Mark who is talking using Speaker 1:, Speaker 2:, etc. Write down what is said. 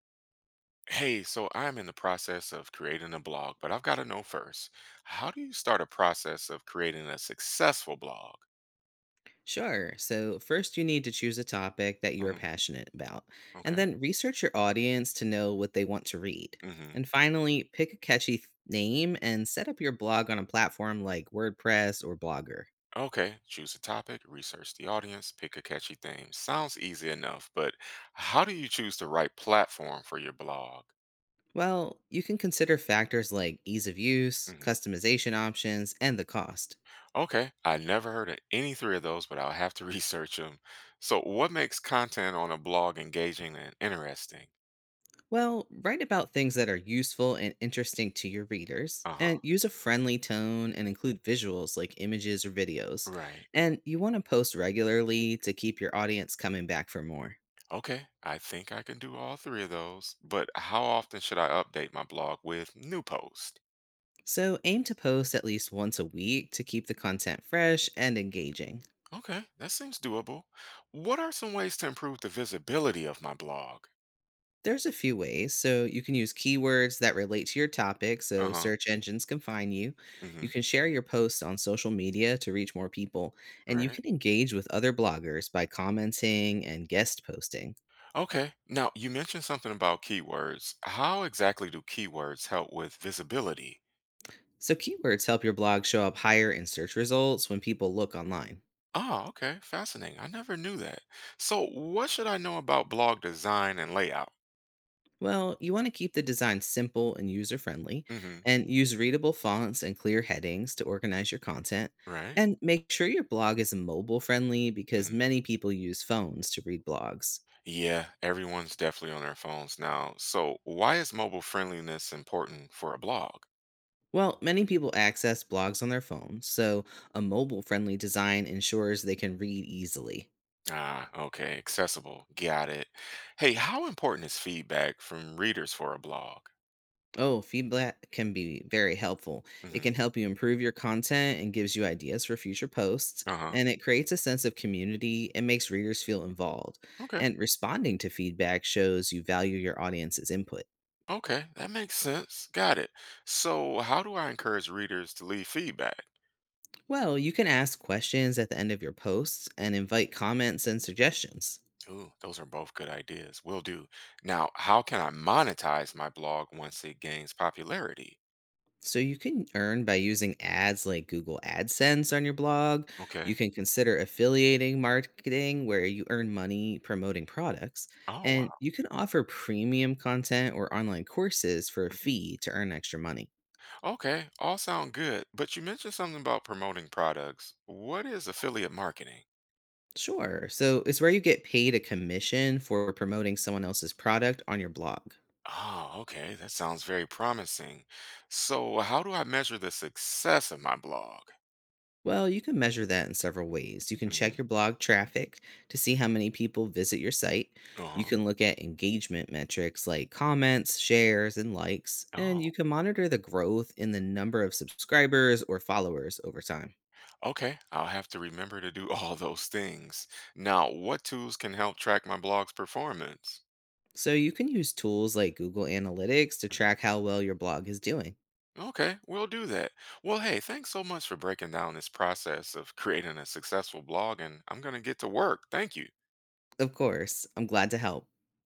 Speaker 1: Hey, so I'm in the process of creating a blog, but I've got to know first, how do you start a process of creating a successful blog?
Speaker 2: Sure. So, first, you need to choose a topic that you're
Speaker 1: Hmm.
Speaker 2: passionate about, and
Speaker 1: Okay.
Speaker 2: then research your audience to know what they want to read.
Speaker 1: Hmm.
Speaker 2: And finally, pick a catchy name and set up your blog on a platform like WordPress or Blogger.
Speaker 1: Okay. Choose a topic, research the audience, pick a catchy theme. Sounds easy enough, but how do you choose the right platform for your blog?
Speaker 2: Well, you can consider factors like ease of use,
Speaker 1: Hmm.
Speaker 2: customization options, and the cost.
Speaker 1: Okay. I never heard of any three of those, but I'll have to research them. So, what makes content on a blog engaging and interesting?
Speaker 2: Well, write about things that are useful and interesting to your readers,
Speaker 1: Uh
Speaker 2: and
Speaker 1: huh.
Speaker 2: use a friendly tone and include visuals like images or videos.
Speaker 1: Right.
Speaker 2: And you want to post regularly to keep your audience coming back for more.
Speaker 1: Okay, I think I can do all three of those, but how often should I update my blog with new posts?
Speaker 2: So aim to post at least once a week to keep the content fresh and engaging.
Speaker 1: Okay, that seems doable. What are some ways to improve the visibility of my blog?
Speaker 2: There's a few ways. So you can use keywords that relate to your topic
Speaker 1: Uh
Speaker 2: so
Speaker 1: huh.
Speaker 2: search engines can find you. You
Speaker 1: Hmm.
Speaker 2: can share your posts on social media to reach more people, and you
Speaker 1: Right.
Speaker 2: can engage with other bloggers by commenting and guest posting.
Speaker 1: Okay. Now, you mentioned something about keywords. How exactly do keywords help with visibility?
Speaker 2: So keywords help your blog show up higher in search results when people look online.
Speaker 1: Oh, okay. Fascinating. I never knew that. So, what should I know about blog design and layout?
Speaker 2: Well, you want to keep the design simple and user friendly,
Speaker 1: Mm hmm.
Speaker 2: and use readable fonts and clear headings to organize your content.
Speaker 1: Right.
Speaker 2: And make sure your blog is mobile friendly because
Speaker 1: Mm-hmm.
Speaker 2: many people use phones to read blogs.
Speaker 1: Yeah, everyone's definitely on their phones now. So, why is mobile friendliness important for a blog?
Speaker 2: Well, many people access blogs on their phones, so a mobile friendly design ensures they can read easily.
Speaker 1: Ah, okay, accessible. Got it. Hey, how important is feedback from readers for a blog?
Speaker 2: Oh, feedback can be very helpful. It can
Speaker 1: Hmm.
Speaker 2: help you improve your content and gives you ideas for future posts,
Speaker 1: Uh-huh.
Speaker 2: and it creates a sense of community and makes readers feel involved.
Speaker 1: Okay.
Speaker 2: And responding to feedback shows you value your audience's input.
Speaker 1: Okay, that makes sense. Got it. So, how do I encourage readers to leave feedback?
Speaker 2: Well, you can ask questions at the end of your posts and invite comments and suggestions.
Speaker 1: Ooh, those are both good ideas. Will do. Now, how can I monetize my blog once it gains popularity?
Speaker 2: So you can earn by using ads like Google AdSense on your blog. You
Speaker 1: Okay.
Speaker 2: can consider affiliating marketing where you earn money promoting products.
Speaker 1: Oh,
Speaker 2: And
Speaker 1: wow.
Speaker 2: you can offer premium content or online courses for a fee to earn extra money.
Speaker 1: Okay, all sound good, but you mentioned something about promoting products. What is affiliate marketing?
Speaker 2: Sure. So it's where you get paid a commission for promoting someone else's product on your blog.
Speaker 1: Oh, okay, that sounds very promising. So, how do I measure the success of my blog?
Speaker 2: Well, you can measure that in several ways. You can
Speaker 1: Hmm.
Speaker 2: check your blog traffic to see how many people visit your site. You
Speaker 1: Uh-huh.
Speaker 2: can look at engagement metrics like comments, shares, and likes, and you
Speaker 1: Oh,
Speaker 2: can monitor the growth in the number of subscribers or followers over time.
Speaker 1: okay. I'll have to remember to do all those things. Now, what tools can help track my blog's performance?
Speaker 2: So you can use tools like Google Analytics to
Speaker 1: Mhm.
Speaker 2: track how well your blog is doing.
Speaker 1: Okay, we'll do that. Well, hey, thanks so much for breaking down this process of creating a successful blog, and I'm going to get to work. Thank you.
Speaker 2: Of course, I'm glad to help.